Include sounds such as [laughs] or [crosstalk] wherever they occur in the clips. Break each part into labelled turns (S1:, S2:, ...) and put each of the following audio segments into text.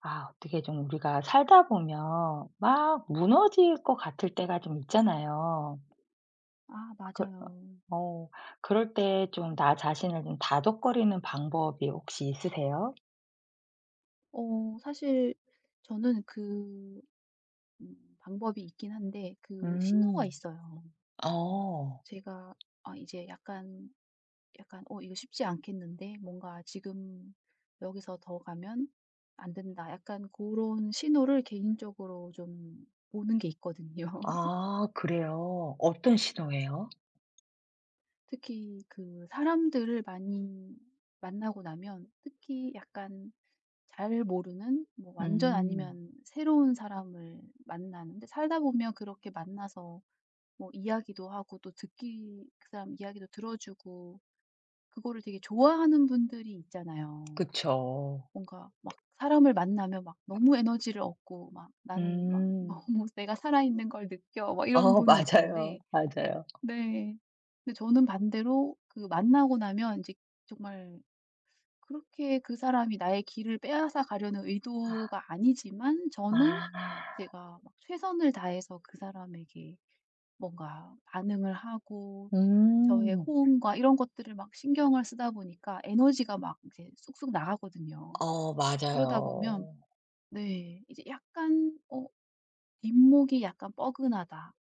S1: 아, 어떻게 좀 우리가 살다 보면 막 무너질 것 같을 때가 좀 있잖아요.
S2: 아
S1: 그
S2: 맞아요.
S1: 어 그럴 때 좀 나 자신을 좀 다독거리는 방법이 혹시 있으세요?
S2: 어 사실 저는 그 방법이 있긴 한데 그 신호가
S1: 음.
S2: 있어요.
S1: 어.
S2: 제가 아 이제 약간 '어 이거 쉽지 않겠는데. 뭔가 지금 여기서 더 가면 안 된다.' 약간 그런 신호를 개인적으로 좀 보는 게 있거든요. [laughs]
S1: 아, 그래요? 어떤 신호예요?
S2: 특히 그 사람들을 많이 만나고 나면, 특히 약간 잘 모르는 뭐 완전
S1: 음.
S2: 아니면 새로운 사람을 만나는데 살다 보면 그렇게 만나서 뭐 이야기도 하고 또 듣기 그 사람 이야기도 들어주고 그거를 되게 좋아하는 분들이 있잖아요.
S1: 그쵸.
S2: 뭔가 막 사람을 만나면 막 너무 에너지를 얻고 막 나는 막
S1: 음.
S2: [laughs] 너무 내가 살아있는 걸 느껴 막 이런
S1: 어, [laughs]
S2: 분이
S1: 맞아요,
S2: 있던데.
S1: 맞아요.
S2: 네. 근데 저는 반대로 그 만나고 나면 이제 정말, 그렇게 그 사람이 나의 길을 빼앗아 가려는 의도가 아니지만 저는
S1: 아.
S2: 제가 막 최선을 다해서 그 사람에게 뭔가 반응을 하고 저의
S1: 음.
S2: 호응과 이런 것들을 막 신경을 쓰다 보니까 에너지가 막 이제 쑥쑥 나가거든요.
S1: 어,
S2: 그러다 보면
S1: 맞아요.
S2: 네 이제 약간 어 뒷목이 약간 뻐근하다.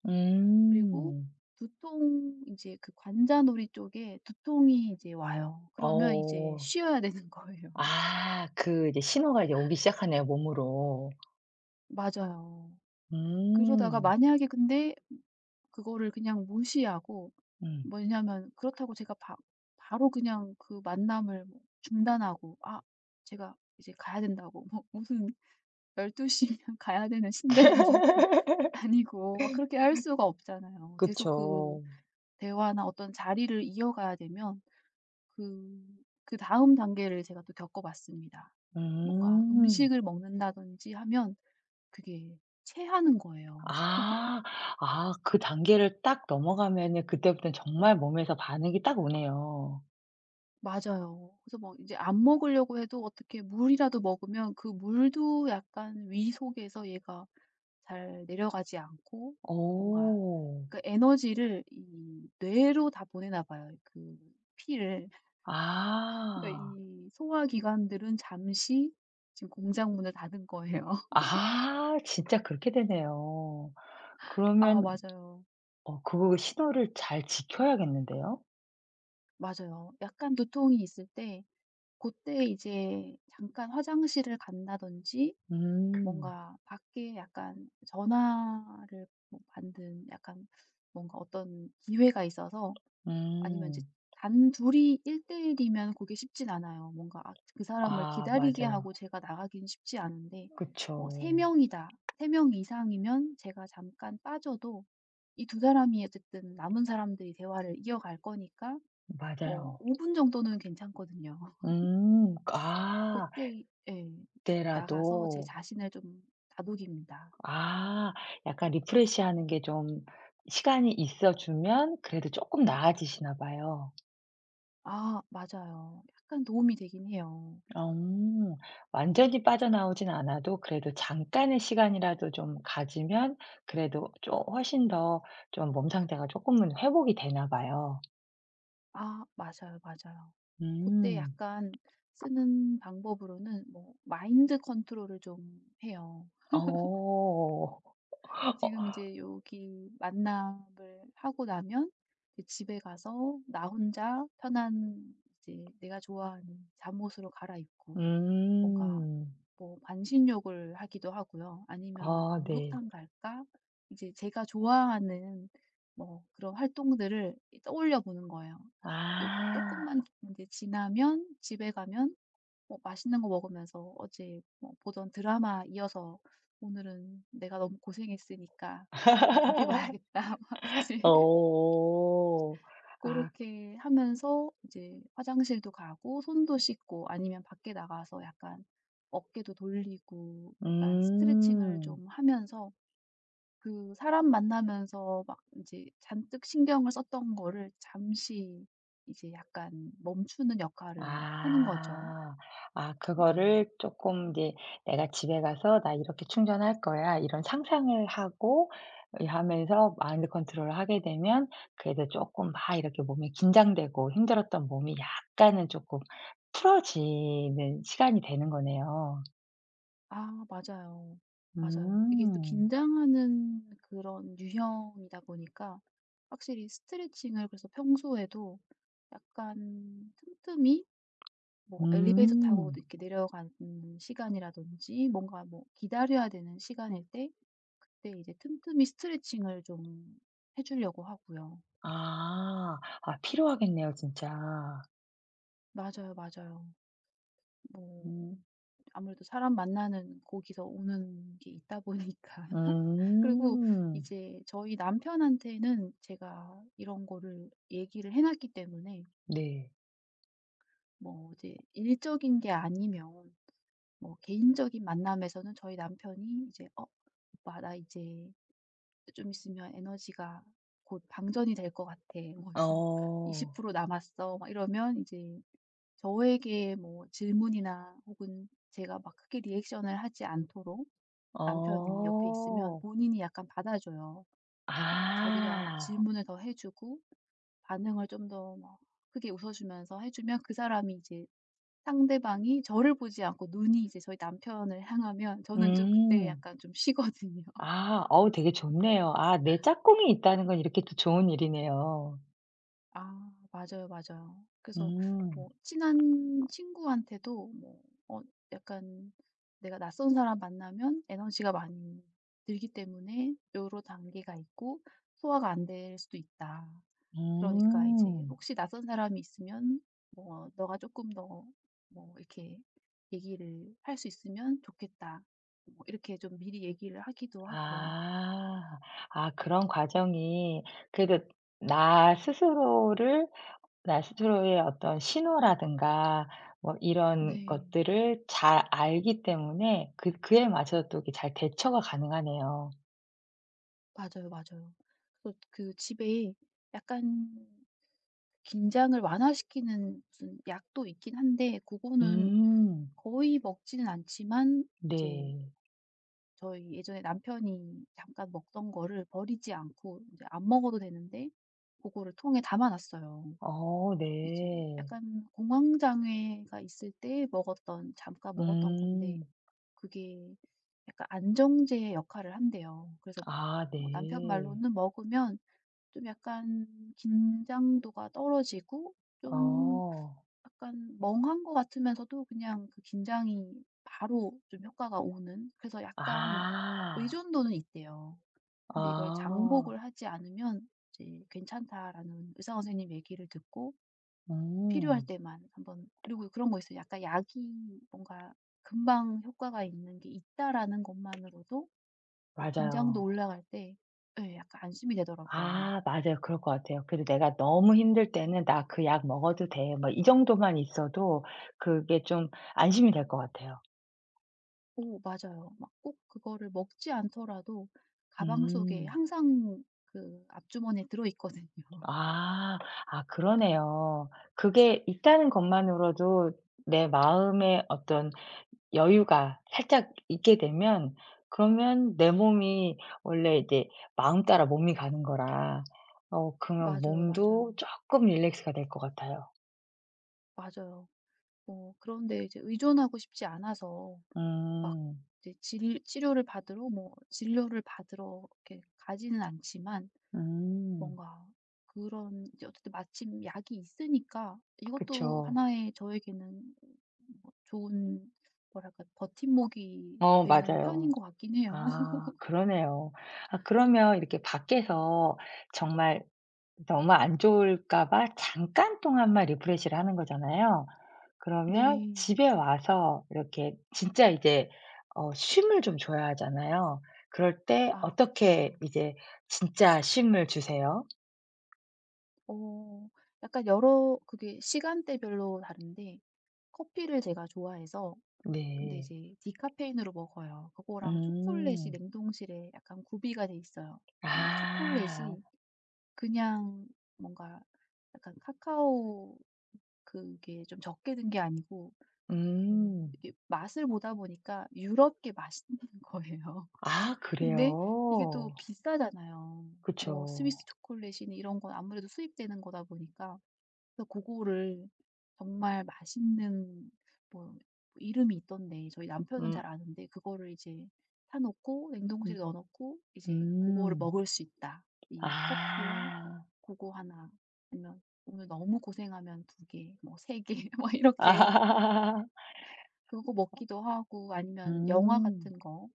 S2: 그리고
S1: 음.
S2: 두통, 이제 그 관자놀이 쪽에 두통이 이제 와요. 그러면 이제
S1: 어.
S2: 쉬어야 되는 거예요. [laughs]
S1: 아, 그 이제 신호가 이제 오기 시작하네요, 몸으로.
S2: 맞아요. 그러다가
S1: 음.
S2: 만약에, 근데 그거를 그냥 무시하고,
S1: 음.
S2: 뭐냐면 그렇다고 제가 바로 그냥 그 만남을 뭐 중단하고 아 제가 이제 가야 된다고 뭐 [laughs] 무슨 12시면 가야 되는 신데렐라도 [laughs] 아니고 막 그렇게 할 수가 없잖아요. 계속 그
S1: 그쵸.
S2: 대화나 어떤 자리를 이어가야 되면 그, 그 다음 단계를 제가 또 겪어봤습니다. 뭔가
S1: 음.
S2: 음식을 먹는다든지 하면 그게 체하는 거예요.
S1: 아. 아, 그 단계를 딱 넘어가면은 그때부터는 정말 몸에서 반응이 딱 오네요.
S2: 맞아요. 그래서 막 이제 안 먹으려고 해도, 어떻게 물이라도 먹으면 그 물도 약간 위 속에서 얘가 잘 내려가지 않고 뭔가
S1: 오.
S2: 그 에너지를 이 뇌로 다 보내나 봐요. 그 피를. 그러니까
S1: 아.
S2: 이 소화기관들은 잠시 지금 공장 문을 닫은 거예요. [laughs]
S1: 아, 진짜 그렇게 되네요.
S2: 아
S1: 그러면
S2: 맞아요.
S1: 어, 그 신호를 잘 지켜야겠는데요?
S2: 맞아요. 약간 두통이 있을 때, 그때 이제 잠깐 화장실을 간다든지
S1: 음.
S2: 뭔가 밖에 약간 전화를 뭐 만든 약간 뭔가 어떤 기회가 있어서. 아니면 이제
S1: 음.
S2: 단둘이 1:1 이면 그게 쉽진 않아요. 뭔가 아 그 사람을
S1: 아,
S2: 기다리게
S1: 맞아.
S2: 하고 제가 나가긴 쉽지 않은데, 뭐 3
S1: 그쵸.
S2: 명이다. 3명 이상이면 제가 잠깐 빠져도 이 두 사람이, 어쨌든 남은 사람들이 대화를 이어갈 거니까 뭐
S1: 맞아요.
S2: 5분 정도는 괜찮거든요. [laughs]
S1: 음.
S2: 그
S1: 아,
S2: 때예 나가서 제
S1: 그때라도.
S2: 자신을 좀 다독입니다.
S1: 아, 약간 리프레시하는 게 좀 시간이 있어 주면 그래도 조금 나아지시나 봐요.
S2: 아 맞아요. 약간 도움이 되긴 해요.
S1: 음. 완전히 빠져나오진 않아도 그래도 잠깐의 시간이라도 좀 가지면 그래도 좀 훨씬 더 좀 몸 상태가 조금은 회복이 되나 봐요.
S2: 아 맞아요, 맞아요. 그때
S1: 음.
S2: 약간 쓰는 방법으로는 뭐 마인드 컨트롤을 좀 해요.
S1: 어.
S2: 지금 이
S1: [laughs]
S2: 제 여기 만남을 하고 나면 이제 집에 가서 나 혼자 편한 이제 내가 좋아하는 잠옷으로 갈아입고 뭔가
S1: 음.
S2: 뭐 반신욕을 하기도 하고요. 아니면 '아
S1: 아, 네.
S2: 목욕탕 갈까?' 이제 제가 좋아하는 뭐 그런 활동들을 떠올려 보는 거예요.
S1: 아.
S2: 요 조금만 이제 지나면 집에 가면 뭐 맛있는 거 먹으면서 어제 뭐 보던 드라마 이어서 '오늘은 내가 너무 고생했으니까 아 2개 봐야겠다.' [laughs] 막 이제
S1: 어.
S2: 그
S1: 아.
S2: 렇게 하면서 이제 화장실도 가고 손도 씻고 아니면 밖에 나가서 약간 어깨도 돌리고 약간 스트레칭을
S1: 음.
S2: 좀 하면서 그 사람 만나면서 막 이제 잔뜩 신경을 썼던 거를 잠시 이제 약간 멈추는 역할을 하는 거죠.
S1: 아. 아,
S2: 네.
S1: 그거를 조금 이제 '내가 집에 가서 나 이렇게 충전할 거야.' 이런 상상을 하고 이 하면서 마인드 컨트롤을 하게 되면 그래도 조금 막 이렇게 몸이 긴장되고 힘들었던 몸이 약간은 조금 풀어지는 시간이 되는 거네요.
S2: 아 맞아요. 맞아요. 이게 또
S1: 음.
S2: 긴장하는 그런 유형이다 보니까, 확실히 스트레칭을, 그래서 평소에도 약간 틈틈이 뭐 엘리베이터 타고
S1: 음.
S2: 이렇게 내려가는 시간이라든지 뭔가 뭐 기다려야 되는 시간일 때, 그때 이제 틈틈이 스트레칭을 좀 해 주려고 하고요.
S1: 아. 아, 필요하겠네요, 진짜.
S2: 맞아요, 맞아요. 뭐
S1: 음.
S2: 아무래도 사람 만나는 거기서 오는 게 있다 보니까. 그리고
S1: 음.
S2: 이제 저희 남편한테는 제가 이런 거를 얘기를 해 놨기 때문에,
S1: 네.
S2: 뭐 이제 일적인 게 아니면 뭐 개인적인 만남에서는 저희 남편이 이제 "어 오빠 나 이제 좀 있으면 에너지가 곧 방전이 될 것 같아. 뭐 이제
S1: 어.
S2: 20% 남았어." 막 이러면 이제 저에게 뭐 질문이나 혹은 제가 막 크게 리액션을 하지 않도록 남편이 옆에 있으면
S1: 어.
S2: 본인이 약간 받아줘요. 뭐 자기가
S1: 아.
S2: 질문을 더 해 주고 반응을 좀 더 막 크게 웃어 주면서 해 주면 그 사람이 이제, 상대방이 저를 보지 않고 눈이 이제 저희 남편을 향하면 저는 좀 그때
S1: 음.
S2: 약간 좀 쉬거든요. [laughs]
S1: 아. 어우, 되게 좋네요. 아, 내 짝꿍이 있다는 건 이렇게 또 좋은 일이네요.
S2: 아 맞아요, 맞아요. 그래서
S1: 음.
S2: 뭐 친한 친구한테도 뭐 어 약간 내가 낯선 사람 만나면 에너지가 많이 들기 때문에 요로 단계가 있고 소화가 안 될 수도 있다. 그러니까 이제
S1: 음.
S2: 혹시 낯선 사람이 있으면 뭐 "너가 조금 더 뭐 이렇게 얘기를 할 수 있으면 좋겠다." 뭐 이렇게 좀 미리 얘기를 하기도 하고요.
S1: 아. 아, 그런 과정이 그래도 나 스스로를, 나 스스로의 어떤 신호라든가 뭐 이런
S2: 네.
S1: 것들을 잘 알기 때문에 그, 그에 맞춰서 또 이렇게 잘 대처가 가능하네요.
S2: 맞아요, 맞아요. 그래서 그 집에 약간 긴장을 완화시키는 무슨 약도 있긴 한데 그거는
S1: 음.
S2: 거의 먹지는 않지만, 이제
S1: 네.
S2: 저희 예전에 남편이 잠깐 먹던 거를 버리지 않고 이제 안 먹어도 되는데 그거를 통에 담아 놨어요.
S1: 어,
S2: 이제
S1: 네.
S2: 약간 공황 장애가 있을 때 먹었던, 잠깐 먹었던 건데
S1: 음.
S2: 그게 약간 안정제 역할을 한대요. 그래서
S1: 아,
S2: 뭐 남편
S1: 네.
S2: 말로는 먹으면 좀 약간 긴장도가 떨어지고 좀
S1: 어.
S2: 약간 멍한 것 같으면서도 그냥 그 긴장이 바로 좀 효과가 오는, 그래서 약간
S1: 아.
S2: 의존도는 있대요. 근데 이걸
S1: 아.
S2: 장복을 하지 않으면 이제 괜찮다라는 의사 선생님 얘기를 듣고 필요할
S1: 음.
S2: 때만 한번, 그리고 그런 거 있어요. 약간 약이 뭔가 금방 효과가 있는 게 있다라는 것만으로도 막 긴장도
S1: 맞아요.
S2: 올라갈 때 예 약간 안심이 되더라고요.
S1: 아, 맞아요. 그럴 것 같아요. 그래도 '내가 너무 힘들 때는 나 그 약 먹어도 돼.' 뭐 이 정도만 있어도 그게 좀 안심이 될 것 같아요.
S2: 오 맞아요. 막 꼭 그거를 먹지 않더라도 가방 속에
S1: 음.
S2: 항상 그 앞주머니에 들어 있거든요. [laughs]
S1: 아. 아, 그러네요. 그게 있다는 것만으로도 내 마음의 어떤 여유가 살짝 있게 되면 그러면 내 몸이 원래 이제 마음 따라 몸이 가는 거라 어, 그러면
S2: 맞아요,
S1: 몸도
S2: 맞아요.
S1: 쪼끔 릴렉스가 될 것 같아요.
S2: 맞아요. 어 그런데 이제 의존하고 싶지 않아서 막
S1: 음.
S2: 이제 질 치료를 받으러 뭐 진료를 받으러 이렇게 가지는 않지만,
S1: 음.
S2: 뭔가 그런 이제 어쨌든 마침 약이 있으니까 이것도
S1: 그쵸.
S2: 하나의 저에게는 뭐 좋은 뭐랄까 버팀목이
S1: 어,
S2: 되는 편인
S1: 맞아요.
S2: 것 같긴 해요. [laughs]
S1: 아, 그러네요. 아, 그러면 이렇게 밖에서 정말 너무 안 좋을까 봐 잠깐 동안만 리프레시를 하는 거잖아요. 그러면
S2: 네.
S1: 집에 와서 이렇게 진짜 이제 어, 쉼을 좀 줘야 하잖아요. 그럴 때
S2: 아
S1: 어떻게
S2: 그쵸.
S1: 이제 진짜 쉼을 주세요?
S2: 어 약간 여러 그게 시간대별로 다른데, 커피를 제가 좋아해서 근데
S1: 네.
S2: 이제 디카페인으로 먹어요. 그거랑 초콜릿이
S1: 음.
S2: 냉동실에 약간 구비가 돼 있어요. 이
S1: 아.
S2: 초콜릿이 그냥 뭔가 약간 카카오 그게 좀 적게 든 게 아니고, 그
S1: 음.
S2: 이게 맛을 보다 보니까 유럽게 맛있는 [laughs] 거예요.
S1: 아,
S2: 근데 이게
S1: 그래요?
S2: 또 비싸잖아요. 뭐
S1: 그쵸.
S2: 스위스 초콜릿이니 이런 건 아무래도 수입되는 거다 보니까, 그래서 그거를, 정말 맛있는 뭐 이름이 있던데 저희 남편은 잘
S1: 음.
S2: 아는데, 그거를 이제 사 놓고
S1: 음.
S2: 냉동실에 넣어 놓고 이제 그거를
S1: 음.
S2: 먹을 수 있다.
S1: 아.
S2: 이 커피와
S1: [laughs]
S2: 그거 하나, 아니면 오늘 너무 고생하면 2개 뭐 3개 [laughs] 막 이렇게
S1: 아.
S2: 그거 먹기도 하고, 아니면 영화
S1: 음.
S2: 같은 거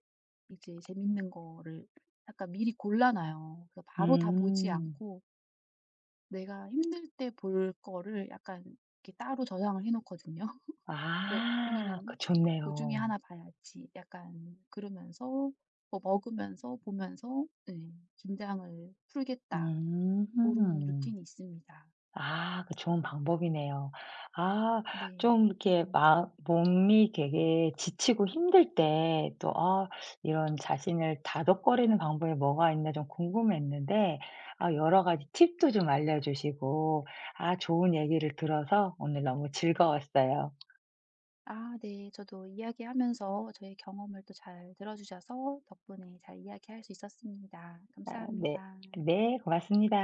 S2: 이제 재밌는 거를 약간 미리 골라 놔요. 그래서 바로 다 보지
S1: 음.
S2: 않고 내가 힘들 때 볼 거를 약간 이렇게 따로 저장을 해 놓거든요. [laughs] 그래서
S1: 아, 그
S2: '오늘은 그 중에
S1: 좋네요.
S2: 하나 봐야지.' 약간 그러면서 뭐 먹으면서 보면서 네, 긴장을 풀겠다, 그런
S1: 음.
S2: 루틴이 있습니다.
S1: 아, 그 좋은 방법이네요. 아,
S2: 네.
S1: 좀 이렇게 마 몸이 되게 지치고 힘들 때 또 '아, 이런 자신을 다독거리는 방법이 뭐가 있나.' 좀 궁금했는데 아, 여러 가지 팁도 좀 알려 주시고 아, 좋은 얘기를 들어서 오늘 너무 즐거웠어요.
S2: 아 네. 저도 이야기하면서 저의 경험을 또 잘 들어 주셔서 덕분에 잘 이야기할 수 있었습니다.
S1: 아, 네.
S2: 감사합니다.
S1: 네, 고맙습니다.